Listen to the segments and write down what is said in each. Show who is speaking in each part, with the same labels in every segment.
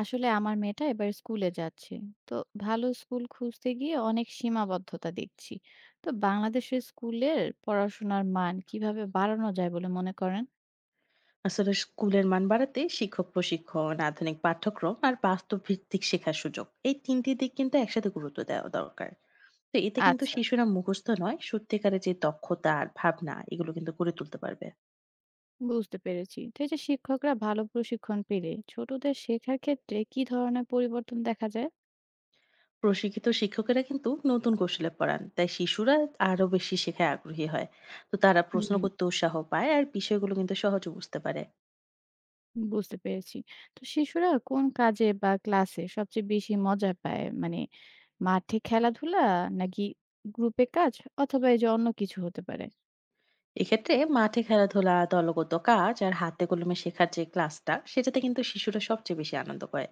Speaker 1: আসলে আমার মেয়েটা এবার স্কুলে যাচ্ছে। তো ভালো স্কুল খুঁজতে গিয়ে অনেক সীমাবদ্ধতা দেখছি। তো বাংলাদেশের স্কুলের পড়াশোনার মান কিভাবে বাড়ানো যায় বলে মনে করেন?
Speaker 2: আসলে স্কুলের মান বাড়াতে শিক্ষক প্রশিক্ষণ, আধুনিক পাঠ্যক্রম আর বাস্তব ভিত্তিক শেখার সুযোগ, এই তিনটি দিক কিন্তু একসাথে গুরুত্ব দেওয়া দরকার। তো এতে কিন্তু
Speaker 1: আচ্ছা,
Speaker 2: শিশুরা মুখস্থ নয়, সত্যিকারের যে দক্ষতা আর ভাবনা এগুলো কিন্তু গড়ে তুলতে পারবে।
Speaker 1: বুঝতে পেরেছি। তো এই যে শিক্ষকরা ভালো প্রশিক্ষণ পেলে ছোটদের শেখার ক্ষেত্রে কি ধরনের পরিবর্তন দেখা যায়?
Speaker 2: প্রশিক্ষিত শিক্ষকেরা কিন্তু নতুন কৌশলে পড়ান, তাই শিশুরা আরো বেশি শেখায় আগ্রহী হয়। তো তারা প্রশ্ন
Speaker 1: হুম,
Speaker 2: করতে উৎসাহ পায় আর বিষয়গুলো কিন্তু সহজে বুঝতে পারে।
Speaker 1: বুঝতে পেরেছি। তো শিশুরা কোন কাজে বা ক্লাসে সবচেয়ে বেশি মজা পায়? মানে মাঠে খেলাধুলা, নাকি গ্রুপে কাজ, অথবা এই যে অন্য কিছু হতে পারে?
Speaker 2: এক্ষেত্রে মাঠে খেলাধুলা, দলগত কাজ আর হাতে কলমে শেখার যে ক্লাসটা, সেটাতে কিন্তু শিশুরা সবচেয়ে বেশি আনন্দ পায়।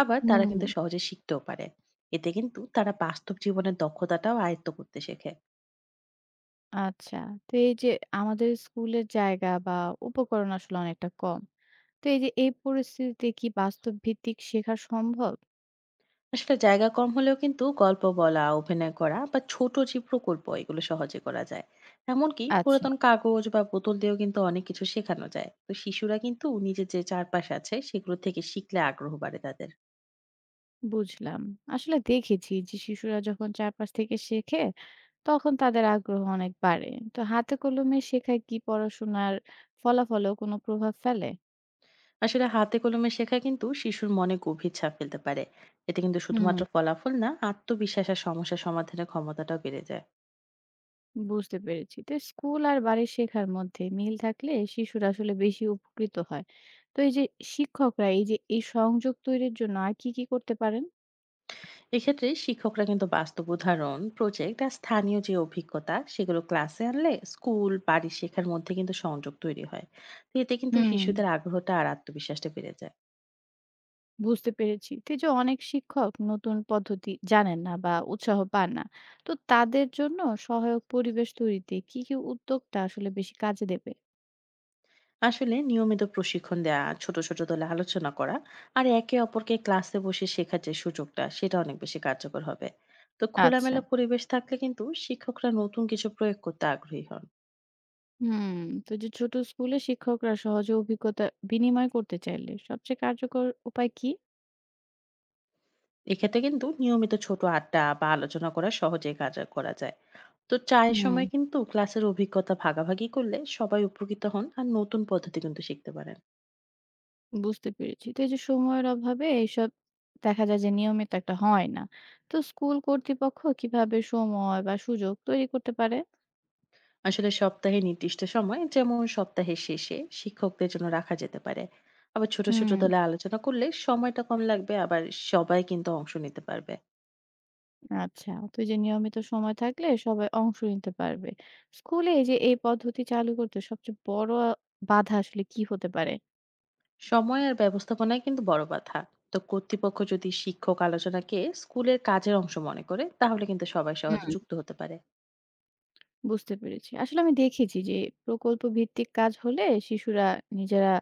Speaker 2: আবার তারা
Speaker 1: হুম,
Speaker 2: কিন্তু সহজে শিখতেও পারে। এতে কিন্তু তারা বাস্তব জীবনের দক্ষতাটাও আয়ত্ত করতে শেখে।
Speaker 1: আচ্ছা। তো এই যে আমাদের স্কুলের জায়গা বা উপকরণ আসলে অনেকটা কম। তো এই যে এই পরিস্থিতিতে কি বাস্তব ভিত্তিক শেখা সম্ভব?
Speaker 2: আসলে জায়গা কম হলেও কিন্তু গল্প বলা, অভিনয় করা বা ছোট যে প্রকল্প, এগুলো সহজে করা যায়। এমনকি
Speaker 1: আচ্ছা,
Speaker 2: পুরাতন কাগজ বা বোতল দিয়েও কিন্তু অনেক কিছু শেখানো যায়। তো শিশুরা কিন্তু নিজের যে চারপাশ আছে, সেগুলো থেকে শিখলে আগ্রহ বাড়ে তাদের।
Speaker 1: বুঝলাম। আসলে দেখেছি যে শিশুরা যখন চারপাশ থেকে শেখে, তখন তাদের আগ্রহ অনেক বাড়ে। তো হাতে কলমে শেখায় কি পড়াশোনার ফলাফলেও কোনো প্রভাব ফেলে?
Speaker 2: আসলে হাতে কলমে শেখা কিন্তু শিশুর মনে গভীর ছাপ ফেলতে পারে। এতে কিন্তু
Speaker 1: হুম,
Speaker 2: শুধুমাত্র ফলাফল না, আত্মবিশ্বাস আর সমস্যা সমাধানের ক্ষমতাটাও বেড়ে যায়।
Speaker 1: বুঝতে পেরেছি। তো স্কুল আর বাড়ির শেখার মধ্যে মিল থাকলে শিশুরা আসলে বেশি উপকৃত হয়। তো এই যে শিক্ষকরা এই যে এই সংযোগ তৈরির জন্য আর কি, কি করতে পারেন?
Speaker 2: এক্ষেত্রে শিক্ষকরা কিন্তু বাস্তব উদাহরণ, প্রজেক্ট আর স্থানীয় যে অভিজ্ঞতা, সেগুলো ক্লাসে আনলে স্কুল বাড়ির শেখার মধ্যে কিন্তু সংযোগ তৈরি হয়। তো এতে কিন্তু
Speaker 1: হুম,
Speaker 2: শিশুদের আগ্রহটা আর আত্মবিশ্বাসটা বেড়ে যায়।
Speaker 1: বুঝতে পেরেছি। তো এই যে অনেক শিক্ষক নতুন পদ্ধতি জানেন না বা উৎসাহ পান না। তো তাদের জন্য সহায়ক পরিবেশ তৈরিতে কি, কি উদ্যোগটা আসলে বেশি কাজে দেবে?
Speaker 2: আসলে নিয়মিত প্রশিক্ষণ দেয়া, ছোট ছোট দলে আলোচনা করা আর একে অপরকে ক্লাসে বসে শেখার যে সুযোগটা, সেটা অনেক বেশি কার্যকর হবে। তো
Speaker 1: আচ্ছা,
Speaker 2: খোলামেলা পরিবেশ থাকলে কিন্তু শিক্ষকরা নতুন কিছু প্রয়োগ করতে আগ্রহী হন।
Speaker 1: হুম। তো যে ছোট স্কুলে শিক্ষকরা সহজে অভিজ্ঞতা বিনিময় করতে চাইলে সবচেয়ে কার্যকর উপায় কি?
Speaker 2: এক্ষেত্রে কিন্তু নিয়মিত ছোট আড্ডা বা আলোচনা করা সহজেই কাজ করা যায়। তো চায়ের
Speaker 1: হুম,
Speaker 2: সময় কিন্তু ক্লাসের অভিজ্ঞতা ভাগাভাগি করলে সবাই উপকৃত হন আর নতুন পদ্ধতি কিন্তু শিখতে পারেন।
Speaker 1: বুঝতে পেরেছি। তো এই যে সময়ের অভাবে এইসব দেখা যায় যে নিয়মিত একটা হয় না। তো স্কুল কর্তৃপক্ষ কিভাবে সময় বা সুযোগ তৈরি করতে পারে?
Speaker 2: আসলে সপ্তাহে নির্দিষ্ট সময়, যেমন সপ্তাহের শেষে শিক্ষকদের জন্য রাখা যেতে পারে। আবার ছোট ছোট
Speaker 1: হুম,
Speaker 2: দলে আলোচনা করলে সময়টা কম লাগবে, আবার সবাই কিন্তু অংশ নিতে পারবে।
Speaker 1: আচ্ছা। তো এই যে নিয়মিত সময় থাকলে সবাই অংশ নিতে পারবে। স্কুলে এই যে এই পদ্ধতি চালু করতে সবচেয়ে বড় বাধা আসলে কি হতে পারে?
Speaker 2: সময় আর ব্যবস্থাপনায় কিন্তু বড় বাধা। তো কর্তৃপক্ষ যদি শিক্ষক আলোচনাকে স্কুলের কাজের অংশ মনে করে, তাহলে কিন্তু সবাই সহজে
Speaker 1: হুম,
Speaker 2: যুক্ত হতে পারে।
Speaker 1: বুঝতে পেরেছি। আসলে আমি দেখেছি যে প্রকল্প ভিত্তিক কাজ হলে শিশুরা নিজেরা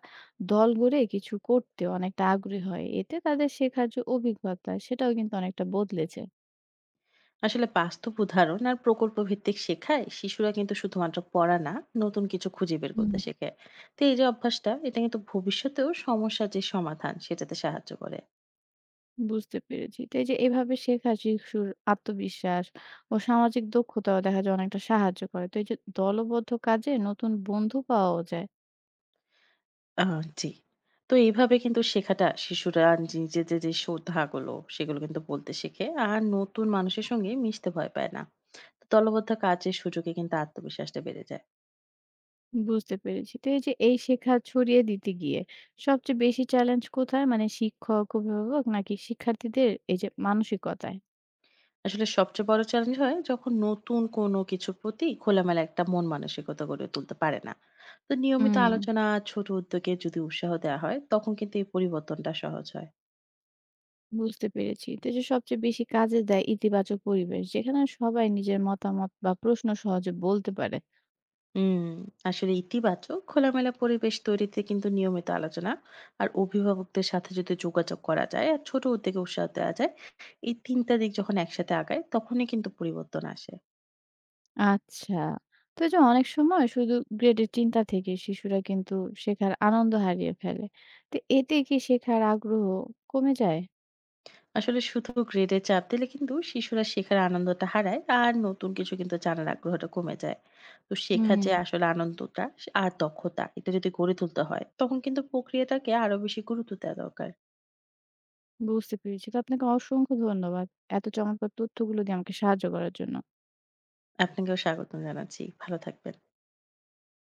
Speaker 1: দল গড়ে কিছু করতে অনেকটা আগ্রহী হয়। এতে তাদের শেখার যে অভিজ্ঞতা সেটাও কিন্তু অনেকটা বদলেছে।
Speaker 2: আসলে বাস্তব উদাহরণ আর প্রকল্প ভিত্তিক শেখায় শিশুরা কিন্তু শুধুমাত্র পড়া না, নতুন কিছু খুঁজে বের
Speaker 1: হুম,
Speaker 2: করতে শেখে। তো এই যে অভ্যাসটা, এটা কিন্তু ভবিষ্যতেও সমস্যার যে সমাধান, সেটাতে সাহায্য করে।
Speaker 1: বুঝতে পেরেছি। তো এই যে এভাবে শেখা শিশুর আত্মবিশ্বাস ও সামাজিক দক্ষতাও দেখা যায় অনেকটা সাহায্য করে। তো এই যে দলবদ্ধ কাজে নতুন বন্ধু পাওয়াও যায়।
Speaker 2: আ জি। তো এইভাবে কিন্তু শেখাটা শিশুরা নিজেদের যে শ্রদ্ধাগুলো, সেগুলো কিন্তু বলতে শেখে। আর নতুন মানুষের সঙ্গে মিশতে ভয় পায় না। তো দলবদ্ধ কাজের সুযোগে কিন্তু আত্মবিশ্বাসটা বেড়ে যায়।
Speaker 1: বুঝতে পেরেছি। তো এই যে এই শেখা ছড়িয়ে দিতে গিয়ে সবচেয়ে বেশি চ্যালেঞ্জ কোথায়? মানে শিক্ষক, অভিভাবক নাকি শিক্ষার্থীদের এই যে মানসিকতায়?
Speaker 2: আসলে সবচেয়ে বড় চ্যালেঞ্জ হয় যখন নতুন কোনো কিছুর প্রতি খোলামেলা একটা মন মানসিকতা গড়ে তুলতে পারে না। তো নিয়মিত
Speaker 1: হুম,
Speaker 2: আলোচনা, ছোট উদ্যোগে যদি উৎসাহ দেওয়া হয়, তখন কিন্তু এই পরিবর্তনটা সহজ হয়।
Speaker 1: বুঝতে পেরেছি। তো এই যে সবচেয়ে বেশি কাজে দেয় ইতিবাচক পরিবেশ যেখানে সবাই নিজের মতামত বা প্রশ্ন সহজে বলতে পারে।
Speaker 2: হুম। আসলে ইতিবাচক খোলামেলা পরিবেশ তৈরিতে কিন্তু নিয়মিত আলোচনা আর অভিভাবকদের সাথে যদি যোগাযোগ করা যায় আর ছোট উদ্যোগে উৎসাহ দেওয়া যায়, এই তিনটা দিক যখন একসাথে আগায় তখনই কিন্তু পরিবর্তন আসে।
Speaker 1: আচ্ছা। তো এই যে অনেক সময় শুধু গ্রেডের চিন্তা থেকে শিশুরা কিন্তু শেখার আনন্দ হারিয়ে ফেলে। তো এতে কি শেখার আগ্রহ কমে যায়?
Speaker 2: আসলে শুধু গ্রেডে চাপ দিলে কিন্তু শিশুরা শেখার আনন্দটা হারায় আর নতুন কিছু কিন্তু জানার আগ্রহটা কমে যায়। তো শেখার
Speaker 1: হুম,
Speaker 2: যে আসলে আনন্দটা আর দক্ষতা, এটা যদি গড়ে তুলতে হয়, তখন কিন্তু প্রক্রিয়াটাকে আরো বেশি গুরুত্ব দেওয়া দরকার।
Speaker 1: বুঝতে পেরেছি। তো আপনাকে অসংখ্য ধন্যবাদ। এত চমৎকার তথ্যগুলো দিয়ে আমাকে সাহায্য করার জন্য।
Speaker 2: আপনাকেও স্বাগতম জানাচ্ছি, ভালো থাকবেন।